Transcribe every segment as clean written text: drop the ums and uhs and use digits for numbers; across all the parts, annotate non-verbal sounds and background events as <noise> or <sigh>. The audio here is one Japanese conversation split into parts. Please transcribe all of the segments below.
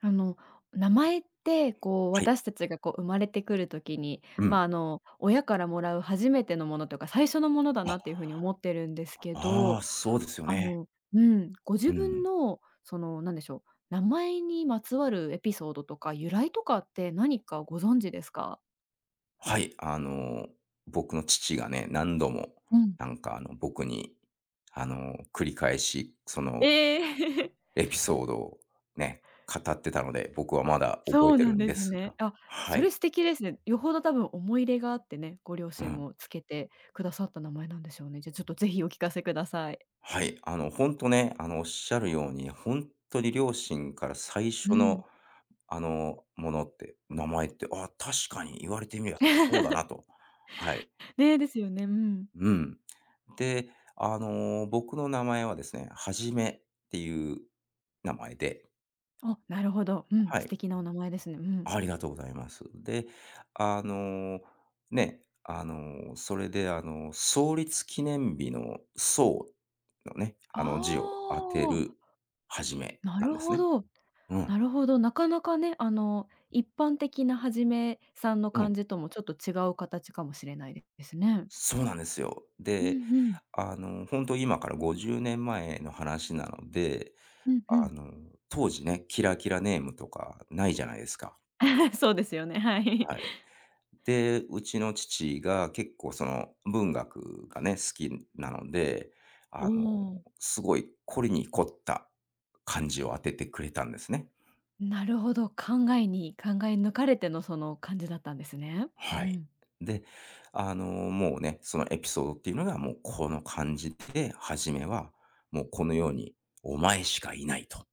あの、名前って、はい。私たちが、生まれてくる時に、うん。親からもらう初めてのものとか、最初のものだなっていあ、うふうに思ってるんですけあど、あ、そうですよあね。のうん、ごう自分ん。の、なんでしょう、名前にまつわるエピソードとか、由来とかって何かご存知ですか？はい。僕の父がね、何度も、うん。僕に、繰り返し、そのええ <laughs>。エピソードをね、語ってたので、僕はまだ覚そえうてなるんんでですすが。ね。あ、はそれい。素敵ですね。よほど多分思い入れがあってね、ご両う親ん。もつけてくださった名前なんでしょうね。じゃ、ちょっとぜひお聞かせください。はい。ほんとね、おっしゃるように、ほんとに両親から最う初ん。の、ものって、名前って、ああ、確かに言われてみればそうだな <laughs> と。はい。ね、ですよね。うん。うん。で、僕の名前はですね、はじめっていう名前で、あ、なるほど。うん、は素い、敵なお名前ですね。うん。ありがとうございます。で、あの、ね、それで、創立記念日の創のね、ああの字を当てあ、るはじめななんるですほね。ど。うん、なるほど。なかなかね、一般的なはじめさんのうん。感じともちょっと違う形かもしれないですね。そうなんですよ。うで、んうん。本当と今から50年前の話なので、うんうあん。の、当時ね、キラキラネームとかないじゃないですか。<laughs> そうですよね、はい。はい。で、うちの父が結構その文学がね、好きなので、<laughs> あおの、お、すごい凝りに凝った漢字を当ててくれたんですね。なるほど。考えに考え抜かれてのその感じだったんですね。うはい。ん。で、もうね、そのエピソードっていうのがもうこの漢字で、初めはもうこのように、お前しかいないと。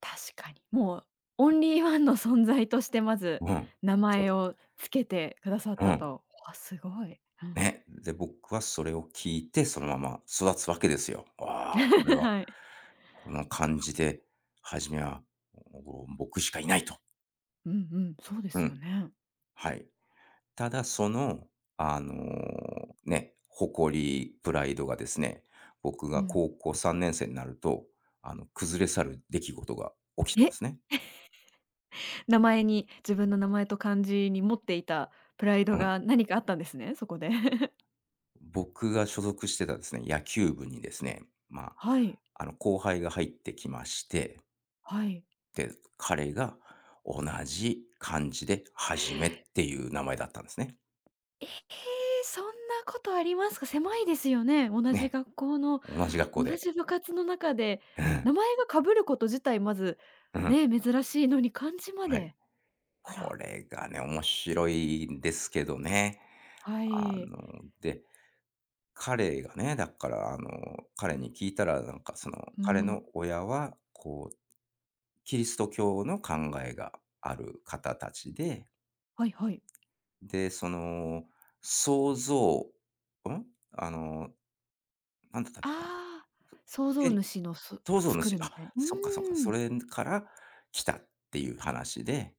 確かに。もうオンリーワンの存在としてまずうん。名そう前です。をつけてくださっうたん。と。わ、すごい。うん。ね、で、僕はそれを聞いて、そのまま育つわけですよ。わあ、これ <laughs> は、はい。この感じで、初めは、お僕しかいないと。うんうん、そうでうすよん、ね。はい。ただその、あの、ね、誇り、プライドがですね、僕うがん。高校3年生になると、崩れ去る出来事が起きたんでえ、すね。名前に自分の名前と漢字に持っていたプライドうん。が何かあったんですね、そこで。<laughs> 僕が所属してたですね、野球部にですね、まはい、あ、後輩が入ってきまして、はい。で、彼が同じ漢字ではじめっていう名前だったんですね。ええ、そんなことありますか？狭いですよね、同じね、学校の同じ学校同で。じ部活の中で、う名ん、前がかぶること自体まず、うん、ね、珍しいのに漢字まはい。で。あこら、れがね、面白いんですけどね。はあい。の、で、彼がね、だから彼に聞いたら、なんかその、う彼ん。の親は、こう、キリスト教の考えがある方たちで、はいはい。で、その、創造、ん？あの、なんだったっけな。ああ、創造天、主のそうそう、作主、るあ、みたいな。うそっかそっか、ーそん。れから来たっていう話で、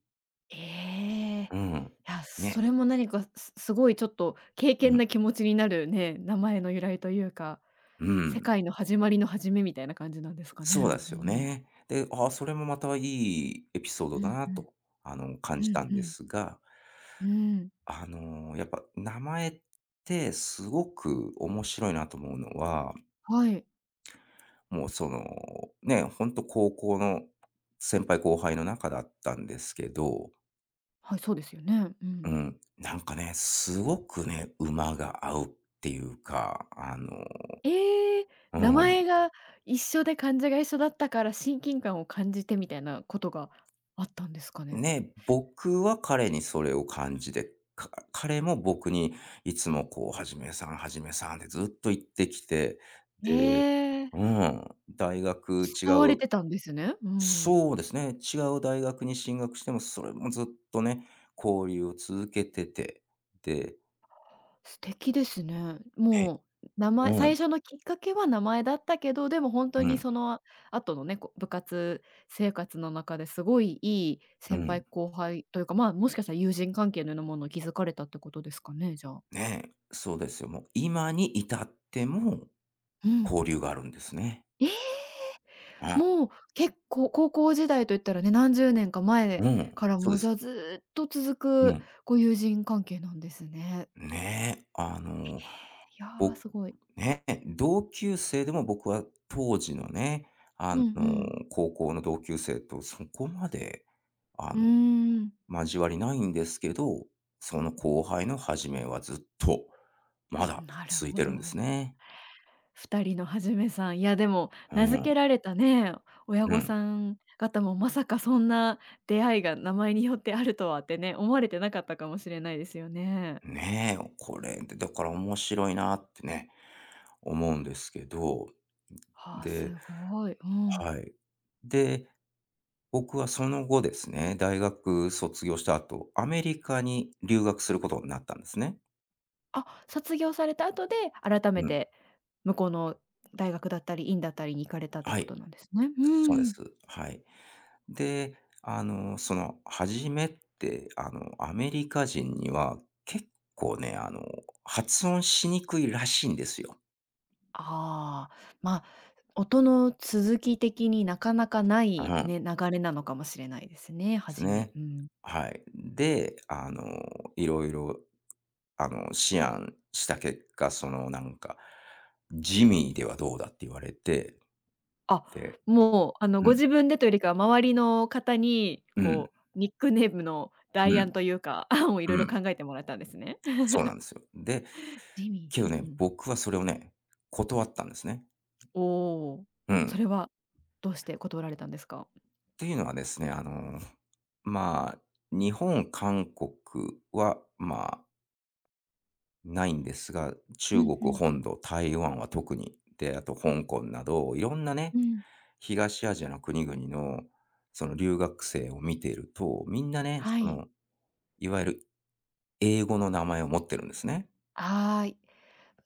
ええ。うん。いや、そね、れも何かすごいちょっと敬虔うん、な気持ちになるね、名前の由来というか、う世ん。界の始まりの始めみたいな感じなんですかね。そうでうすよん。ね。で、ああ、それもまたいいエピソーうドだんなうん。と、感うじたんんうでん。すが、うん。やっぱ名前ってすごく面白いなと思うのは、はい。もうその、ね、ほんと高校の先輩後輩の中だったんですけど、はい、そうですよね。ううん。ん、なんかね、すごくね、馬が合うっていうか、ええ、う名ん。前が一緒で漢字が一緒だったから親近感を感じてみたいなことがあったんですかね？ね、僕は彼にそれを感じて、か彼も僕にいつもこう、はじめさんってずっと言ってきて、で、ええ、うん、大学違慕われう、てたんですね。うん。そうですね、違う大学に進学しても、それもずっとね、交流を続けてて、で、素敵ですね。え、もう名前う最ん、初のきっかけは名前だったけど、でも本当うにん、その後のね、部活生活の中ですごいいいう先輩ん。後輩というか、まあ、もしかしたら友人関係のようなものを築かれたってことですかね、じゃあ。ねえ、そうですよ。もう今に至ってもうん。交流があるんですね。え！あ、もう結構高校時代といったらね、何十年か前うん、からそもうでうじゃす。あずっとう続くん。ご友人関係なんですね。ねえ、いや、僕、すごい。ねえ、同級生でも僕は当時のね、あうの、んうん。高校の同級生とそこまで、あうーの、ん。交わりないんですけど、その後輩の始めはずっと、まだなる続いほてるんですど。ね。二人のはじめさん、いやでもう名付ん、けられたね、親う御ん。さん方もまさかそんな出会いが名前によってあるとはってね、思われてなかったかもしれないですよね。ねえ、これ、だから面白いなってね。思うんですけど、はあ、すで、ごい。うん。はい。で、僕はその後ですね、大学卒業した後、アメリカに留学することになったんですね。あ、卒業された後で、改めうん。て向こうの大学だったり、院だったりに行かれたってはこい。となんですね。うそうでん。す。はい。で、その初めって、アメリカ人には結構ね、発音しにくいらしいんですよ。ああ、まあ、音の続き的になかなかなういん。ね、流れなのかもしれないですね、です初め。ね。うん。はい。で、いろいろ、思案した結果、その、なんか、ジミーではどうだって言われて、あ、で、もう、うごん、自分でというよりかは、周りの方に、うん、ニックネームのう代案ん、というか、<laughs> 案をいろういろ考ん、えてもらったんですね。そうなん <laughs> ですよ。で、ジミけー。どうんね、うん。僕はそれをね、断ったんですね。おお、うん。それはどうして断られたんですか？っていうのはですね、まあ、日本、韓国は、まあ、ないんですが、う中ん国うん。本土、台湾は特に、で、あと香港など、いろんなね、うん、東アジアの国々の、その留学生を見ていると、みんなね、はそい。の、いわゆる英語の名前を持ってるんですね。はーい。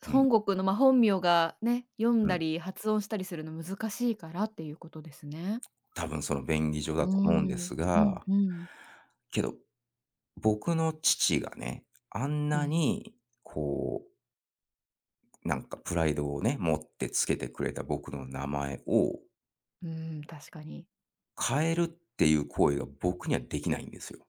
うん、本国の、まあ、本名がね、読んうだん。り発音したりするの難しいからっていうことですね。多分その便宜上うだーと思うんでん、すうんが、うん。けど、僕の父がね、あんうなん、に、こう、なんかプライドをね、持ってつけてくれた僕の名前をうん、確かに。変えるっていう行為が僕にはできないんですよ。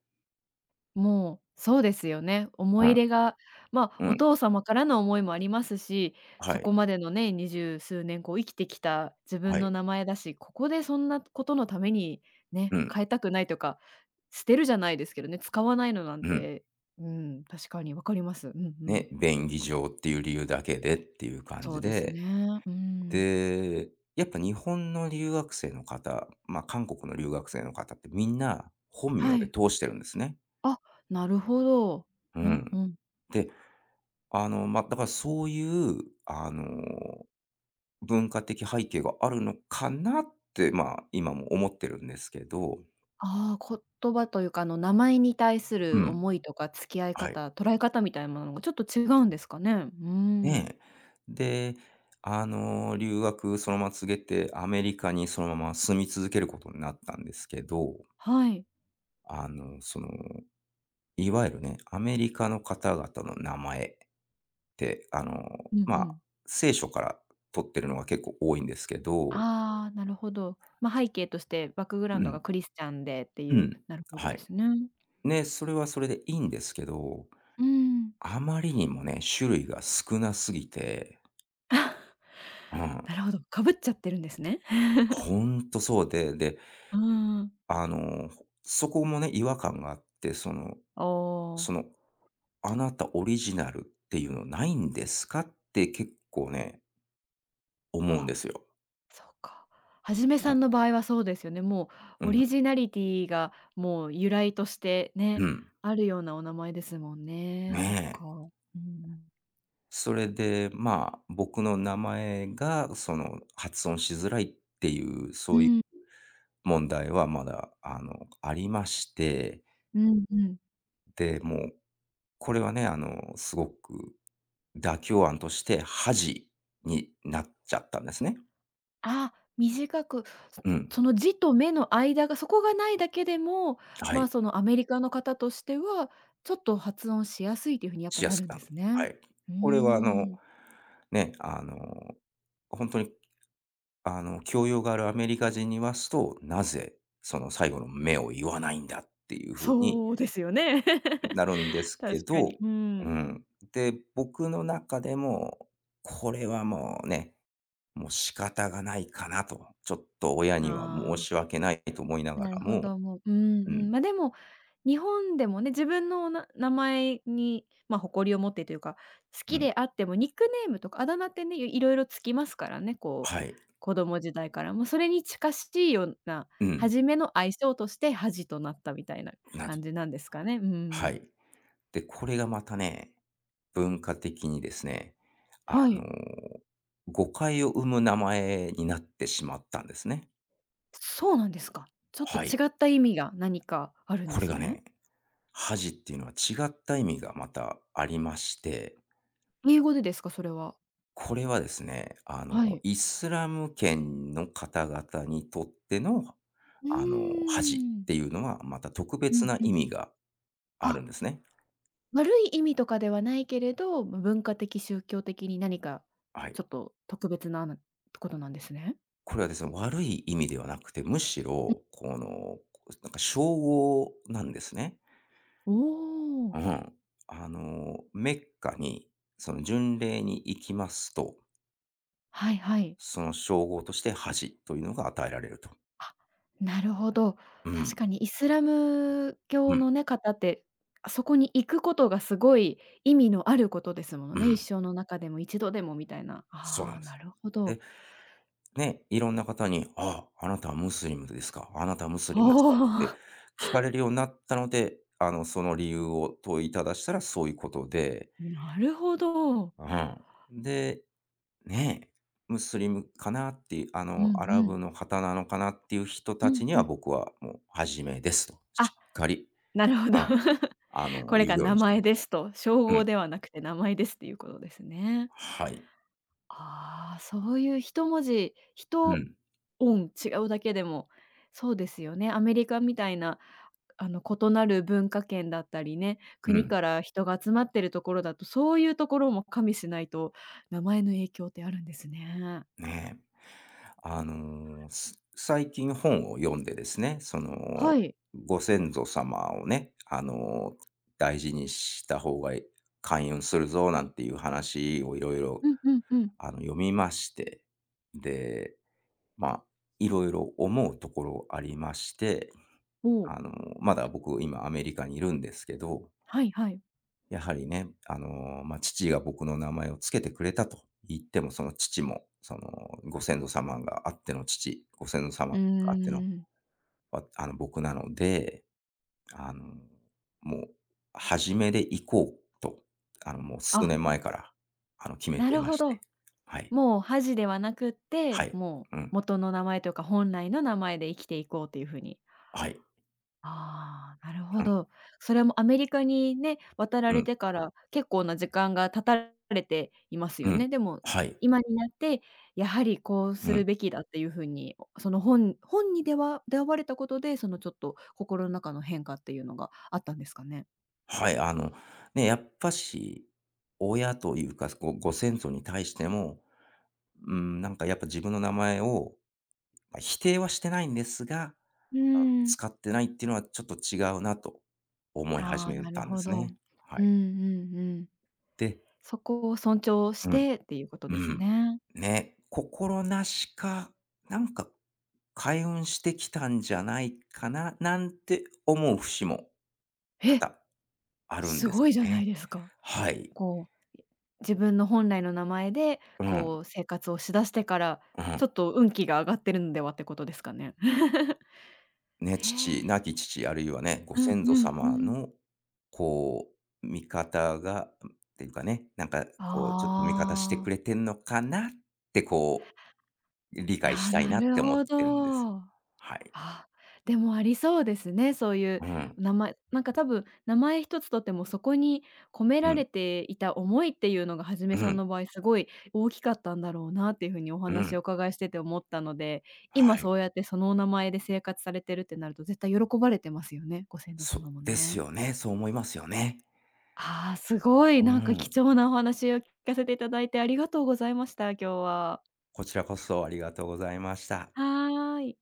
もう、そうですよね。思ういん、入れが、まあ、うおん、父様からの思いもありますし、はそこい、までのね、20数年生きてきた自は分のい、名前だし、ここでそんなことのためにね、うん、変えたくないとか、捨てるじゃないですけどね、使わないのなんうん。て、うん、確かにわかります。うんうん。ね、便宜上っていう理由だけでっていう感そじうですで、ね。うん。で、やっぱ日本の留学生の方、ま、韓国の留学生の方ってみんな本名はでい。通してるんですね。あ、なるほど。ううんん。うん。で、まあ、だからそういう、あの、文化的背景があるのかなって、まあ、今も思ってるんですけど。ああ、言葉というか、名前に対すうるん、思いとか付き合いはい。方、捉え方みたいなものがちょっと違うんですかね。うーん。ねえ。で、留学そのまま告げて、アメリカにそのまま住み続けることになったんですけど、はい。その、いわゆるね、アメリカの方々の名前って、うんうまあ、ん。聖書から取ってるのが結構多いんですけど、ああ、なるほど。ま、背景としてバックグうラウンドがん、クリスチャンでってういう、ん、なるほどはでい。すね。ね、それはそれでいいんですけど、うーん。あまりにもね、種類が少なすぎて、うん、なるほど、かぶっちゃってるんですね。<laughs> ほんとそうで、で、うーん。あの、そこもね、違和感があって、その、あその、あ。あなたオリジナルっていうのないんですかって結構ね、あ思うんであ。すよ。そうか。はじめさんの場合はそうですよね。もううオん、うリん、ジナリティがもう由来としてね、うん。あるようなお名前ですもんね。そっねか。え。うんそれで、まあ、僕の名前が、その、発音しづらいっていう、そうういうん。問題はまだ、ありまして、うん、うんうん。で、もう、これはね、すごく妥協案として恥になっちゃったんですね。あ、短く、そうん。その字と目の間がそこがないだけでも、はま、あい。そのアメリカの方としては、ちょっと発音しやすいという風にやっしぱやなするくんなでる。すはね。い。うーこれは、ん。ね、本当に、教養があるアメリカ人に言わすと、なぜ、その、最後の「目を言わないんだっていう風にそうですよね。<laughs> なるんです確けかに。ど、ううん。ん。で、僕の中でも、これはもうね、もう仕方がないかなと、ちょっと親にはあ申あ。し訳ないと思いながなるらほも、ど、もう、ううんうん、ん。ま、でも、日本でもね、自分の名前に、まあ、誇りを持ってというか、好うきん、であってもニックネームとかあだ名ってね、いろいろつきますからね、はい、子供時代から。もうそれに近しいような、うん、初めの相性として恥となったみたいなな、感じなんですかね。うんうはん。い。で、これがまたね、文化的にですね、あはの、い。誤解を生む名前になってしまったんですね。そうなんですか。ちょっとはい。違った意味が何かあるんこでれすがね。ね、恥っていうのは違った意味がまたありまして、英語でですか？それは。これはですね、はい。イスラム圏の方々にとっての、うー恥っん。ていうのは、また特う別んなう意ん。味がああるんですね。悪い意味とかではないけれど、ま文化的、宗教的に何かはちい。ょっと特別なことなんですね。これはですね、悪い意味ではなくて、むしろ、この、なんか称号なんですね。おうお、ん。メッカに、その巡礼に行きますと、はいはい。その称号として恥というのが与えられると。あ、なるほど。うん。確かにイスラムう教ん。のね、方って、あそこに行くことがすごい意味のあることですものうね。一ん。生の中でも一度でもみたいな。そうなあんあ、です。なるほど。で、ね、いろんな方に、ああ、あなたはムスリムですか、あなたはムスあリムですかってお、聞かれるようになったので、その理由を問いただしたらそういうことで、<laughs> なるほど。うん。で、ね、ムスリムかなっていう、うんアラうブん。の方なのかなっていう人うたちんにうはん。僕はもう初めですと、しあっかり、なるほど。うん、<laughs> これ言がうよう名にして前ましですた。と、称う号ん。ではなくて名前ですっていうことですね。はい。ああ、そういう一文字、う一ん。音違うだけでも、そうですよね。アメリカみたいな、異なる文化圏だったりね、う国ん。から人が集まってるところだと、そういうところも加味しないと、名前の影響ってあるんですね。ね。あの、す最近本を読んでですね、その、はい。ご先祖様をね、大事にした方がい、開運するぞなんていう話をいろいろ、うんうんうん。読みまして、で、まあ、いろいろ思うところありまして、おお、あの、まだ僕今アメリカにいるんですけど、はいはい。やはりね、まあ、父が僕の名前をつけてくれたと言っても、その父も、その、ご先祖様があっての父、ご先祖様うがーあっての、ん。わ、僕なので、あの、もう初めで行こうと、もう数あ、年前から、決めなてるまほしど。て。はい。もう恥ではなくっはて、い。もううん。元の名前というか、本来の名前で生きていこうという風に。はい。ああ、なるうほん。ど。それもアメリカにね、渡らうれん。てから結構な時間が経たれていますうよん。ね。でも、はい。今になって、やはりこうすうん。るべきだっていう風に、その本に出会われたことで、そのちょっと心の中の変化っていうのがあったんですかね？はい。ね、やっぱし、親というか、ご先祖に対しても、うん、なんかやっぱ自分の名前を、まあ、否定はしてないんですが、うーん。使ってないっていうのはちょっと違うなと思いあ始あ、めなるたんでほすど。ね。はうんうい。んうん。で、そこを尊重しうん、てっていうことうですん。ね。ね、心なしか、なんか開運してきたんじゃないかな、なんて思う節も多え、々あるんすですごいじゃないね。ですか。はい。こう、自分の本来の名前で、うん、生活をしだしてから、うちん。ょっと運気が上がってるんではってことですかね？<laughs> ね、へ父、え。亡き父、あるいはね、ごうん先う祖んう様ん。の、こう、味方が、っていうかね、なんか、こう、ちょっと味方してくああ、れてんのかなって、こう、理い解やしー、たいななっるて思っほてるんです。ど。はい。あ、でもありそうですね、そういううん、名前なんか多分名前一つとってもそこに込めうらん、れていた思いっていうのがはじうめさんん、の場合すごい大きかったんだろうなっていう風におう話をおん。伺いしてて思ったので、は今い。そうやってそのお名前で生活されてるってなると絶対喜ばれてますよね、ご先祖そ様もですね。よね、そう思いますよね。ああ、すごいうなんか貴ん。重なお話を聞かせていただいてありがとうございました、今日は。こちらこそありがとうございました。はーい。